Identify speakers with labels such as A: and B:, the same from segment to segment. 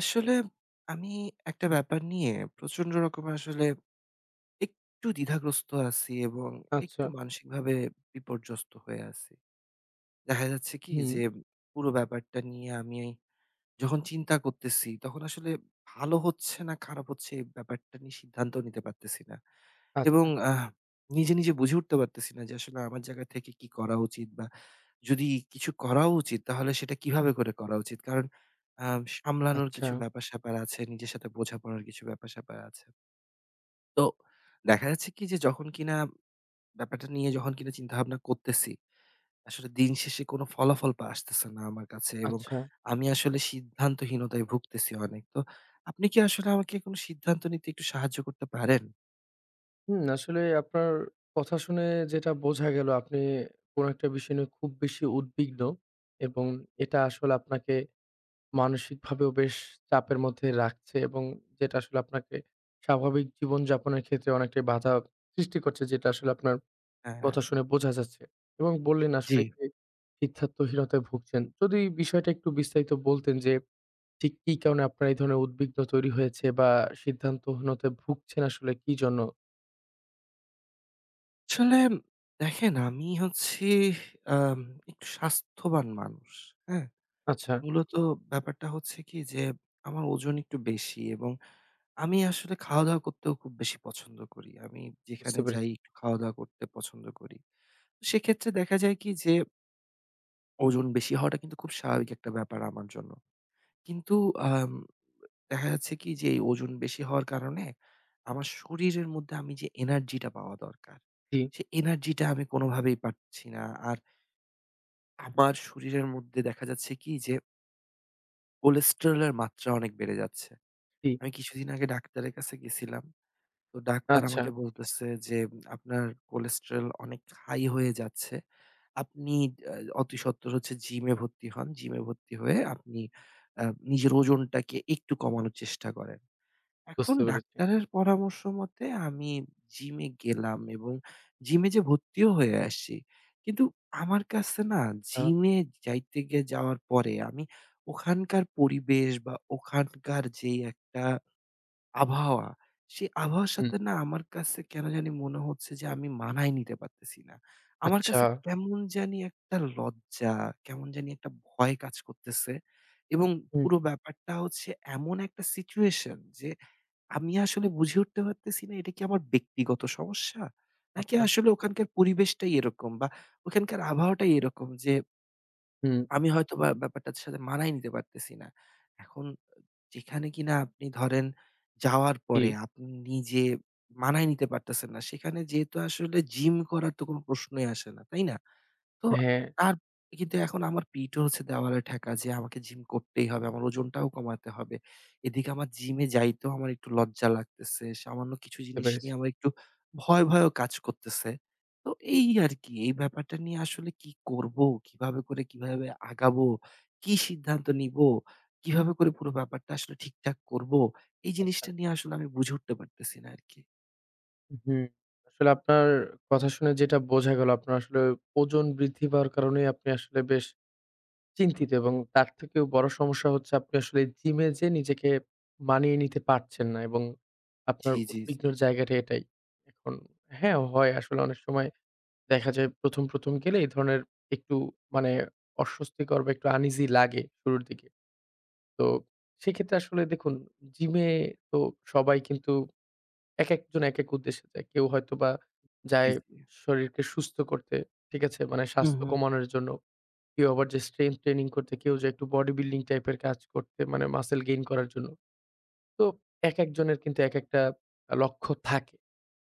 A: আসলে আমি একটা ব্যাপার নিয়ে প্রচন্ড রকম আসলে একটু দ্বিধাগ্রস্ত আছি এবং
B: আচ্ছা,
A: একটু মানসিকভাবে বিপর্যস্ত হয়ে আছি। দেখা যাচ্ছে কি
B: হুম,
A: যে পুরো ব্যাপারটা নিয়ে আমি যখন চিন্তা করতেছি, তখন আসলে ভালো হচ্ছে না খারাপ হচ্ছে এই ব্যাপারটা নিয়ে সিদ্ধান্ত নিতে পারতেছি না। এবং
B: আচ্ছা,
A: নিজে বুঝে উঠতে পারতেছি না যে আসলে আমার জায়গা থেকে কি করা উচিত বা যদি কিছু করাও উচিত তাহলে সেটা কিভাবে করে করা উচিত? কারণ সামলানোর
B: আচ্ছা,
A: কিছু ব্যাপার-স্যাপার আছে, নিজের সাথে বোঝাপড়ার কিছু ব্যাপার-স্যাপার আছে। তো দেখা যাচ্ছে কি যে যখন কিনা ব্যাপারটা নিয়ে যখন কিনা চিন্তাভাবনা করতেছি আসলে দিন শেষে কোনো ফলাফল আসতেছে না আমার কাছে এবং
B: আচ্ছা।
A: আমি আসলে সিদ্ধান্তহীনতায় ভুগতেছি অনেক। তো আপনি কি আসলে আমাকে কোনো সিদ্ধান্ত নিতে একটু সাহায্য করতে পারেন?
B: হুম, আসলে আপনার কথা শুনে যেটা বোঝা গেল আপনি কোন একটা বিষয় নিয়ে খুব বেশি উদ্বিগ্ন, এবং এটা আসলে আপনাকে মানসিকভাবেও বেশ চাপের মধ্যে রাখছে, এবং যেটা আসলে আপনাকে স্বাভাবিক জীবনযাপনের ক্ষেত্রে অনেকটাই বাধা সৃষ্টি করছে, যেটা আসলে আপনার
A: হ্যাঁ।
B: কথা শুনে বোঝা যাচ্ছে। এবং বললেন
A: জি।
B: আসলে যে সিদ্ধান্তহীনতায় ভুগছেন। যদি বিষয়টা একটু বিস্তারিত বলতেন যে ঠিক কি কারণে আপনার এই ধরনের উদ্বিগ্ন তৈরি হয়েছে, বা সিদ্ধান্তহীনতায় ভুগছেন আসলে কি জন্য?
A: আসলে দেখেন আমি হচ্ছি আম একটু স্বাস্থ্যবান মানুষ। হ্যাঁ?
B: আচ্ছা,
A: মূলত ব্যাপারটা হচ্ছে কি যে আমার ওজন একটু বেশি এবং আমি আসলে খাওয়া-দাওয়া করতেও খুব বেশি পছন্দ করি। আমি যেখানে
B: বুঝতে
A: যাই
B: পেরেছি।
A: একটু খাওয়া-দাওয়া করতে পছন্দ করি। সেক্ষেত্রে দেখা যায় কি যে ওজন বেশি হওয়াটা কিন্তু খুব স্বাভাবিক একটা ব্যাপার আমার জন্য। কিন্তু আম দেখা যাচ্ছে কি যে এই ওজন বেশি হওয়ার কারণে আমার শরীরের মধ্যে আমি যে এনার্জি টা পাওয়া দরকার,
B: জি,
A: সে এনার্জি টা আমি কোনোভাবেই পাচ্ছি না। আর আমার শরীরের মধ্যে দেখা যাচ্ছে কি যে কোলেস্টেরল এর মাত্রা অনেক বেড়ে যাচ্ছে।
B: জি।
A: আমি কিছুদিন আগে ডাক্তারের কাছে গেছিলাম। তো ডাক্তার
B: আচ্ছা,
A: আমাকে বলতেছে যে, "আপনার কোলেস্টেরল অনেক হাই হয়ে যাচ্ছে। আপনি আ অতি সত্বর হচ্ছে জিমে ভর্তি হন। জিমে ভর্তি হয়ে আপনি আ নিজের ওজনটাকে একটু কমানোর চেষ্টা করেন।" এখন
B: বুঝতে পেরেছি।
A: ডাক্তারের পরামর্শ মতে আমি জিমে গেলাম এবং জিমে যে ভর্তিও হয়ে আসছি। কিন্তু আমার কাছে না
B: আ
A: জিমে যাইতে গে যাওয়ার পরে আমি ওখানকার পরিবেশ বা ওখানকার যেই একটা আবহাওয়া, সেই আবহাওয়ার
B: হুম,
A: সাথে না আমার কাছে কেন জানি মনে হচ্ছে যে আমি মানায় নিতে পারতেছি না। আমার
B: আচ্ছা,
A: কাছে কেমন জানি একটা লজ্জা, কেমন জানি একটা ভয় কাজ করতেছে এবং
B: হুম,
A: পুরো ব্যাপারটা হচ্ছে এমন একটা সিচুয়েশন যে আমি আসলে বুঝে উঠতে পারতেছি না এটা কি আমার ব্যক্তিগত সমস্যা? নাকি
B: আচ্ছা,
A: আসলে ওখানকার পরিবেশটাই এরকম বা ওখানকার আবহাওয়াটাই এরকম যে
B: হুম,
A: আমি হয়তোবা ব্যাপারটার সাথে মানায় নিতে পারতেছি না। এখন যেখানে কিনা আপনি ধরেন যাওয়ার
B: জি।
A: পরে আপনি নিজে মানায় নিতে পারতেছেন না, সেখানে যেহেতু আসলে জিম করার তো কোনো প্রশ্নই আসে না, তাই না? তো
B: হ্যাঁ,
A: তার কিন্তু এখন আমার পিঠও হচ্ছে দেওয়ালে ঠেকা যে আমাকে জিম করতেই হবে। আমার ওজনটাও কমাতে হবে। এদিকে আমার জিমে যাইতেও আমার একটু লজ্জা লাগতেছে। সামান্য কিছু
B: বুঝতে
A: জিনিস
B: পেরেছি।
A: নিয়ে আমার একটু ভয়ও কাজ করতেছে। তো এই আরকি এই ব্যাপারটা নিয়ে আসলে কি করব? কিভাবে করে কিভাবে আগাবো? কি সিদ্ধান্ত নিবো? কিভাবে করে পুরো ব্যাপারটা আসলে ঠিকঠাক করব? এই
B: আচ্ছা,
A: জিনিসটা নিয়ে আসলে আমি বুঝে উঠতে পারতেছি না আরকি।
B: হুম। আসলে আপনার কথা শুনে যেটা বোঝা গেল আপনার আসলে ওজন বৃদ্ধি পাওয়ার কারণেই আপনি আসলে বেশ চিন্তিত, এবং তার থেকেও বড় সমস্যা হচ্ছে আপনি আসলে জিমে যেয়ে নিজেকে মানিয়ে নিতে পারছেন না, এবং আপনার
A: জি, জি, জি।
B: উদ্বিগ্নর জায়গাটা এটাই। এখন হ্যাঁ, হয় আসলে অনেক সময় দেখা যায় ১ম, ১ম গেলে এই ধরনের একটু মানে অস্বস্তিকর বা একটু আনইজি লাগে শুরুর দিকে। তো সেক্ষেত্রে আসলে দেখুন, জিমে তো সবাই কিন্তু একেকজন একেক উদ্দেশ্যে যায়। কেউ হয়তোবা
A: জি,
B: যায়
A: জি।
B: শরীরকে সুস্থ করতে, ঠিক আছে? মানে
A: হুম,
B: স্বাস্থ্য
A: হুম।
B: কমানোর জন্য। কেউ আবার যে স্ট্রেংথ ট্রেনিং করতে, কেউ যে একটু বডি বিল্ডিং টাইপের কাজ করতে, মানে মাসল গেইন করার জন্য। তো একেকজনের কিন্তু একেকটা লক্ষ্য থাকে।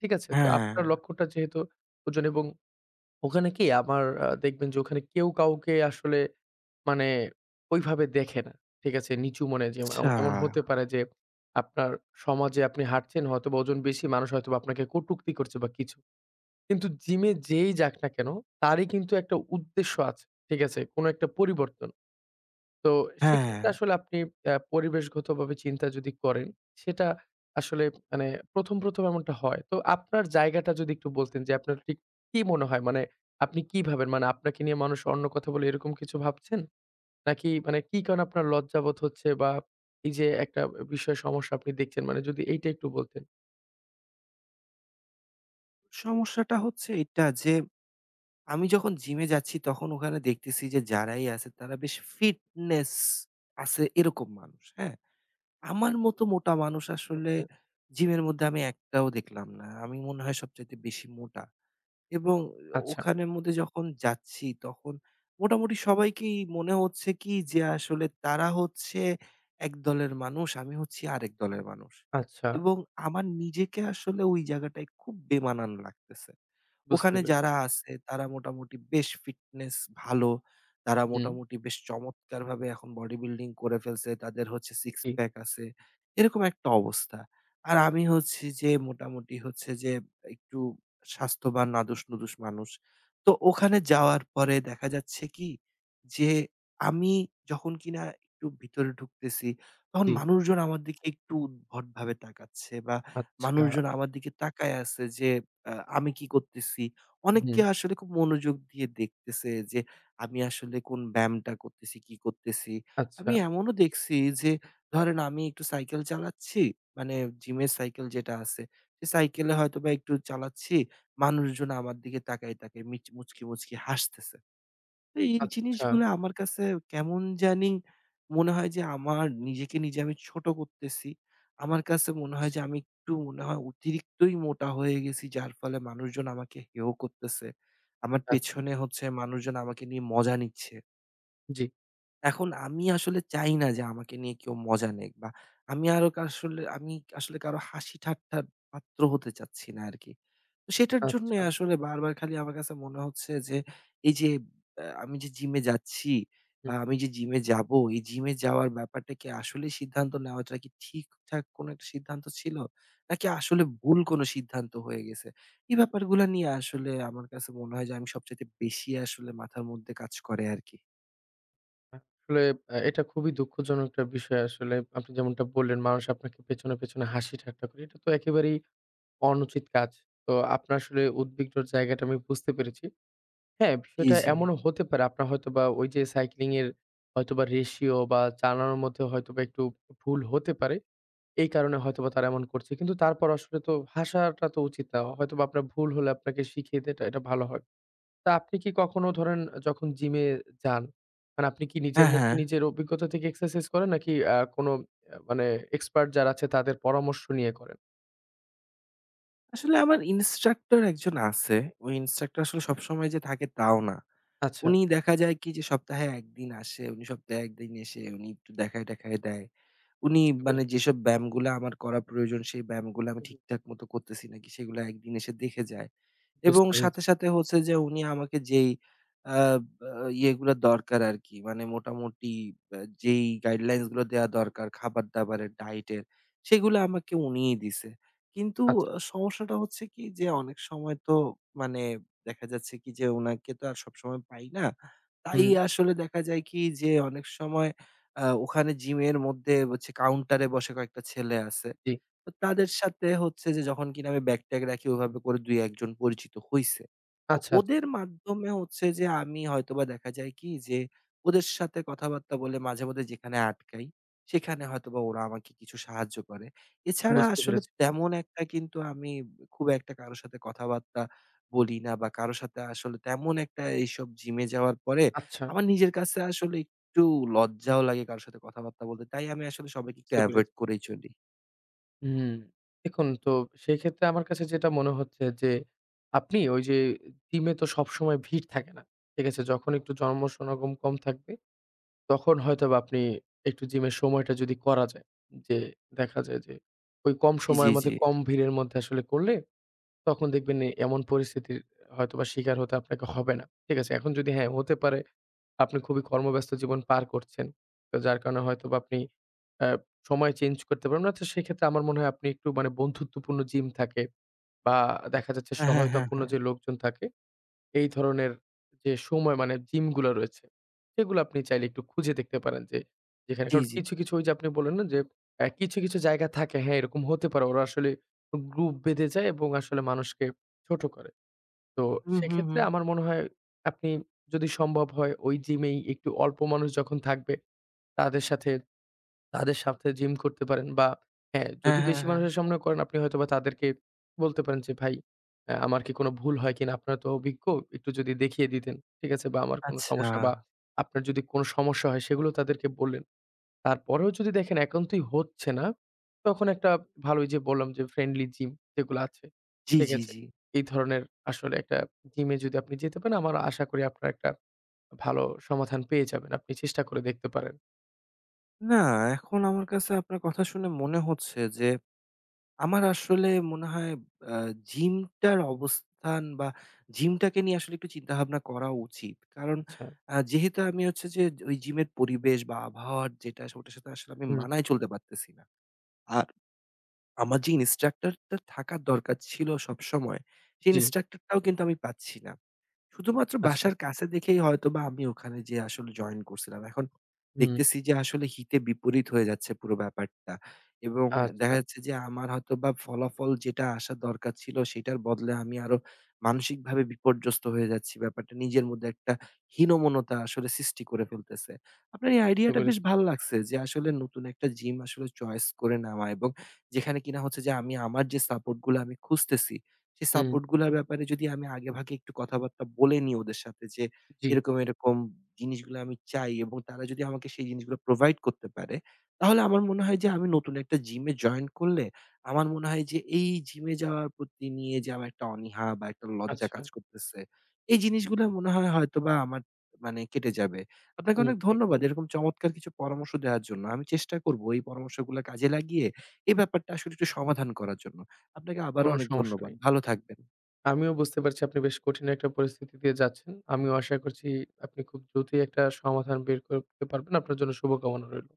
B: ঠিক আছে? তো
A: হ্যাঁ।
B: আপনার লক্ষ্যটা যেহেতু ওজন, এবং ওখানে কি আমার দেখবেন যে ওখানে কেউ কাউকে আসলে মানে ওইভাবে দেখে না। ঠিক আছে? নিচু মনে যে এম
A: আচ্ছা।
B: এমন হতে পারে যে আপনার সমাজে আপনি হাঁটছেন হয়তোবা ওজন বেশি মানুষ, হয়তোবা আপনাকে কটুক্তি করছে বা কিছু। কিন্তু জিমে যেই যাক না কেন, তারই কিন্তু একটা উদ্দেশ্য আছে। ঠিক আছে? কোনো একটা পরিবর্তন। তো
A: হ্যাঁ।
B: সেক্ষেত্রে আসলে আপনি পরিবেশগতভাবে চিন্তা যদি করেন, সেটা আসলে মানে ১ম, ১ম এমনটা হয়। তো আপনার জায়গাটা যদি একটু বলতেন যে আপনার ঠিক কি মনে হয়? মানে আপনি কি ভাবেন? মানে আপনাকে নিয়ে মানুষ অন্য কথা বলে এরকম কিছু ভাবছেন? নাকি মানে কি কারণে আপনার লজ্জাবোধ হচ্ছে, বা এই যে একটা বিষয় সমস্যা আপনি দেখছেন, মানে যদি এইটা একটু বলতেন?
A: সমস্যাটা হচ্ছে এটা যে, আমি যখন জিমে যাচ্ছি তখন ওখানে দেখতেছি যে যারাই আছে তারা বেশ ফিটনেস আছে এরকম মানুষ, হ্যাঁ? আমার মতো মোটা মানুষ আসলে
B: ওকে।
A: জিমের মধ্যে আমি একটাও দেখলাম না। আমি মনে হয় সবচাইতে বেশি মোটা এবং
B: আচ্ছা,
A: ওখানের মধ্যে যখন যাচ্ছি তখন মোটামুটি সবাইকেই মনে হচ্ছে কি যে আসলে তারা হচ্ছে এক দলের মানুষ, আমি হচ্ছি আরেক দলের মানুষ
B: আচ্ছা।
A: এবং আমার নিজেকে আসলে ওই জায়গাটায় খুব বেমানান লাগতেছে।
B: বুঝতে
A: ওখানে
B: পেরেছি।
A: যারা আছে তারা মোটামুটি বেশ ফিটনেস ভালো। তারা
B: হুম,
A: মোটামুটি বেশ চমৎকারভাবে এখন বডি বিল্ডিং করে ফেলছে। তাদের হচ্ছে সিক্স
B: জি,
A: প্যাক আছে। এরকম একটা অবস্থা। আর আমি হচ্ছি যে মোটামুটি হচ্ছে যে একটু স্বাস্থ্যবান নাদুস-নুদুস মানুষ। তো ওখানে যাওয়ার পরে দেখা যাচ্ছে কি যে আমি যখন কিনা একটু ভিতরে ঢুকতেছি তখন
B: জি।
A: মানুষজন আমার দিকে একটু উদ্ভটভাবে তাকাচ্ছে বা
B: আচ্ছা।
A: মানুষজন আমার দিকে তাকায় আছে যে আমি কি করতেছি? অনেককে
B: হুম,
A: আসলে খুব মনোযোগ দিয়ে দেখতেছে যে আমি আসলে কোন ব্যায়ামটা করতেছি, কি করতেছি।
B: আচ্ছা।
A: আমি এমনও দেখছি যে ধরেন আমি একটু সাইকেল চালাচ্ছি, মানে জিমের সাইকেল যেটা আছে, সে সাইকেলে হয়তোবা একটু চালাচ্ছি। মানুষজন আমার দিকে তাকায়, তাকায় মুচকি, মুচকি হাসতেছে। তো এই
B: আচ্ছা।
A: জিনিসগুলো আমার কাছে কেমন জানি মনে হয় যে আমার নিজেকে নিজে আমি ছোট করতেছি। আমার কাছে মনে হয় যে
B: বুঝেছি।
A: আমি একটু মনে হয় অতিরিক্তই মোটা হয়ে গেছি যার ফলে মানুষজন আমাকে হেয় করতেছে। আমার
B: আচ্ছা,
A: পেছনে হচ্ছে মানুষজন আমাকে নিয়ে মজা নিচ্ছে।
B: জি।
A: এখন আমি আসলে চাই না যে আমাকে নিয়ে কেউ মজা নিক বা আমি আরো আসলে আমি আসলে কারো হাসি ঠাট্টার পাত্র হতে চাচ্ছি না আরকি। তো সেটার জন্যই
B: আচ্ছা,
A: আসলে বারবার খালি আমার কাছে মনে হচ্ছে যে, এই যে আমি যে জিমে যাচ্ছি বা
B: হুম,
A: আমি যে জিমে যাবো, এই জিমে যাওয়ার ব্যাপারটা কি আসলে সিদ্ধান্ত নেওয়াটা কি ঠিকঠাক কোনো একটা সিদ্ধান্ত ছিল? নাকি আসলে ভুল কোনো সিদ্ধান্ত হয়ে গেছে? এই ব্যাপারগুলা নিয়ে আসলে আমার কাছে মনে হয় যে আমি সবচাইতে বেশি আসলে মাথার মধ্যে কাজ করে আরকি।
B: আসলে এটা খুবই দুঃখজনক একটা বিষয় আসলে। আপনি যেমনটা বললেন, মানুষ আপনাকে পেছনে, পেছনে হাসি ঠাট্টা করে। এটা তো একেবারেই অনুচিত কাজ। তো আপনার আসলে উদ্বিগ্নর জায়গাটা আমি বুঝতে পেরেছি। হ্যাঁ,
A: জি,
B: বিষয়টা
A: জি।
B: এমনও হতে পারে আপনার হয়তোবা ওই যে সাইক্লিং এর হয়তোবা রেশিও বা চালানোর মধ্যে হয়তোবা একটু ভুল হতে পারে। এই কারণে হয়তোবা তারা এমন করছে। কিন্তু তারপর আসলে তো হাসাটা তো উচিত না। হয়তোবা আপনার ভুল হলে আপনাকে শিখিয়ে দেয়, এটা, এটা ভালো হয়। তা আপনি কি কখনো ধরেন যখন জিমে যান, মানে আপনি কি নিজের
A: হ্যাঁ,
B: মতো
A: হ্যাঁ।
B: নিজের অভিজ্ঞতা থেকে এক্সারসাইজ করেন, নাকি কোনো মানে এক্সপার্ট যারা আছে তাদের পরামর্শ নিয়ে করেন?
A: আসলে আমার ইন্সট্রাক্টর একজন আছে। ওই ইন্সট্রাক্টর আসলে সবসময় যে থাকে তাও না।
B: আচ্ছা,
A: উনি দেখা যায় কি যে সপ্তাহে ১ দিন আসে। উনি সপ্তাহে ১ দিন এসে উনি একটু দেখায়-টেখায় দেয়। উনি
B: বুঝতে
A: মানে
B: পেরেছি।
A: যেসব ব্যায়ামগুলা আমার করা প্রয়োজন সেই ব্যায়ামগুলা আমি
B: হুম,
A: ঠিকঠাক মতো করতেছি নাকি সেগুলা একদিন এসে দেখে যায়। এবং
B: বুঝতে পেরেছি।
A: সাথে, সাথে হচ্ছে যে উনি আমাকে যেই আ বা ইয়েগুলা দরকার আরকি মানে মোটামুটি যেই গাইডলাইনস গুলো দেয়া দরকার খাবার-দাবারের, ডায়েটের সেগুলো আমাকে উনিই দিছে। কিন্তু
B: আচ্ছা,
A: সমস্যাটা হচ্ছে কি যে অনেক সময় তো মানে দেখা যাচ্ছে কি যে উনাকে তো আর সবসময় পাই না। তাই
B: হুম,
A: আসলে দেখা যায় কি যে অনেক সময় ওখানে জিমের মধ্যে হচ্ছে কাউন্টারে বসে কয়েকটা ছেলে আছে।
B: জি।
A: তো তাদের সাথে হচ্ছে যে যখন কিনা আমি ব্যাগ-ট্যাগ রাখি ওভাবে করে ২-১ জন পরিচিত হইছে। তো
B: আচ্ছা, আচ্ছা,
A: ওদের মাধ্যমে হচ্ছে যে আমি হয়তোবা দেখা যায় কি যে ওদের সাথে কথাবার্তা বলে মাঝে মধ্যে যেখানে আটকাই, সেখানে হয়তোবা ওরা আমাকে কিছু সাহায্য করে। এছাড়া
B: বুঝতে
A: আসলে
B: পেরেছি।
A: তেমন একটা কিন্তু আমি খুব একটা কারো সাথে কথাবার্তা বলি না বা কারো সাথে আসলে তেমন একটা এইসব জিমে যাওয়ার পরে
B: আচ্ছা,
A: আমার নিজের কাছে আসলে একটু লজ্জাও লাগে কারো সাথে কথাবার্তা বলতে। তাই আমি আসলে সবাইকে একটু
B: বুঝতে
A: এভয়েড
B: পেরেছি।
A: করেই চলি।
B: হুম, দেখুন তো, সেক্ষেত্রে আমার কাছে যেটা মনে হচ্ছে যে আপনি ওই যে জিমে তো সবসময় ভিড় থাকে না। ঠিক আছে? যখন একটু জনসমাগম কম থাকবে, তখন হয়তোবা আপনি একটু জিমের সময়টা যদি করা যায়, যে দেখা যায় যে ওই কম সময়ের
A: জি, জি।
B: মধ্যে, কম ভিড়ের মধ্যে আসলে করলে তখন দেখবেন এ এমন পরিস্থিতির হয়তোবা শিকার হতে আপনাকে হবে না। ঠিক আছে? এখন যদি হ্যাঁ, হতে পারে আপনি খুবই কর্মব্যস্ত জীবন পার করছেন। তো যার কারণে হয়তোবা আপনি অ্যা সময় চেঞ্জ করতে পারবেন না। তো সেক্ষেত্রে আমার মনে হয় আপনি একটু মানে বন্ধুত্বপূর্ণ জিম থাকে, বা দেখা যাচ্ছে
A: হ্যাঁ, হ্যাঁ, হ্যাঁ,
B: সহায়তাপূর্ণ
A: হ্যাঁ।
B: যে লোকজন থাকে, এই ধরনের যে সময় মানে জিমগুলা রয়েছে, সেগুলো আপনি চাইলে একটু খুঁজে দেখতে পারেন, যে যেখানে
A: জি,
B: কারণ
A: জি।
B: কিছু, কিছু ওই যে আপনি বললেন না যে কিছু, কিছু জায়গা থাকে, হ্যাঁ, এরকম হতে পারে। ওরা আসলে গ্রুপ বেঁধে যায় এবং আসলে মানুষকে ছোট করে। তো
A: হুম, হুম,
B: সেক্ষেত্রে
A: হুম।
B: আমার মনে হয় আপনি, যদি সম্ভব হয়, ওই জিমেই একটু অল্প মানুষ যখন থাকবে তাদের সাথে তাদের সাথে জিম করতে পারেন, বা হ্যাঁ,
A: হ্যাঁ,
B: যদি
A: হ্যাঁ,
B: বেশি
A: হ্যাঁ।
B: মানুষের সামনে করেন আপনি হয়তোবা তাদেরকে বলতে পারেন যে, "ভাই, আমার কি কোনো ভুল হয় কিনা? আপনারা তো অভিজ্ঞ, একটু যদি দেখিয়ে দিতেন।" ঠিক আছে? বা আমার কোনো
A: আচ্ছা।
B: সমস্যা বা আপনার যদি কোনো সমস্যা হয় সেগুলো তাদেরকে বললেন। তারপরেও যদি দেখেন একান্তই হচ্ছে না, তখন একটা ভালো ওই যে বললাম যে ফ্রেন্ডলি জিম যেগুলো আছে,
A: জি,
B: ঠিক
A: জি,
B: আছে?
A: জি।
B: এই ধরনের আসলে একটা জিমে যদি আপনি যেতে পারেন, আমার আশা করি আপনার একটা ভালো সমাধান পেয়ে যাবেন। আপনি চেষ্টা করে দেখতে পারেন।
A: না, এখন আমার কাছে আপনার কথা শুনে মনে হচ্ছে যে, আমার আসলে মনে হয় আ জিমটার অবস্থান বা জিমটাকে নিয়ে আসলে একটু চিন্তাভাবনা করা উচিত। কারণ
B: আচ্ছা।
A: যেহেতু আমি হচ্ছে যে ওই জিমের পরিবেশ বা আবহাওয়ার যেটা ওটার সাথে আসলে আমি
B: হুম,
A: মানায় চলতে পারতেছি না। আর আমার যে ইন্সট্রাক্টরটা থাকার দরকার ছিল সবসময়, সেই
B: জি,
A: ইন্সট্রাক্টরটাও কিন্তু আমি পাচ্ছি না। শুধুমাত্র
B: আচ্ছা।
A: বাসার কাছে দেখেই হয়তোবা আমি ওখানে যেয়ে আসলে জয়েন করছিলাম। এখন
B: হুম,
A: দেখতেছি যে আসলে হিতে বিপরীত হয়ে যাচ্ছে পুরো ব্যাপারটা। এবং দেখা
B: আচ্ছা,
A: যাচ্ছে যে আমার হয়তোবা ফলাফল যেটা আসা দরকার ছিল সেটার বদলে আমি আরো মানসিকভাবে বিপর্যস্ত হয়ে যাচ্ছি। ব্যাপারটা নিজের মধ্যে একটা হীনমন্যতা আসলে সৃষ্টি করে ফেলতেছে। আপনার এই
B: বুঝতে
A: আইডিয়াটা বেশ
B: পেরেছি।
A: ভাল লাগছে যে আসলে নতুন একটা জিম আসলে চয়েস করে নেওয়া এবং যেখানে কিনা হচ্ছে যে আমি আমার যে সাপোর্ট গুলো আমি খুঁজতেছি, সেই
B: হুম,
A: সাপোর্ট গুলার ব্যাপারে যদি আমি আগেভাগে একটু কথাবার্তা বলে নিই ওদের সাথে যে
B: জি,
A: এরকম, এরকম জিনিসগুলো আমি চাই এবং তারা যদি আমাকে সেই জিনিসগুলো প্রোভাইড করতে পারে, তাহলে আমার মনে হয় যে আমি নতুন একটা জিমে জয়েন করলে আমার মনে হয় যে এই জিমে যাওয়ার প্রতি নিয়ে যে আমার একটা অনীহা বা একটা লজ্জা
B: আচ্ছা।
A: কাজ করতেছে, এই জিনিসগুলো মনে হয় হয়তোবা আমার মানে কেটে যাবে। আপনাকে
B: হুম,
A: অনেক ধন্যবাদ
B: একদম।
A: এরকম চমৎকার কিছু পরামর্শ দেওয়ার জন্য। আমি চেষ্টা করব এই পরামর্শগুলো কাজে লাগিয়ে এই ব্যাপারটা আসলে একটু সমাধান করার জন্য। আপনাকে আবারও
B: কোন
A: অনেক
B: সমস্যা
A: ধন্যবাদ।
B: নেই।
A: ভালো থাকবেন।
B: আমিও বুঝতে পারছি আপনি বেশ কঠিন একটা পরিস্থিতি দিয়ে যাচ্ছেন। আমিও আশা করছি আপনি খুব দ্রুতই একটা সমাধান বের করতে পারবেন। আপনার জন্য শুভকামনা রইল।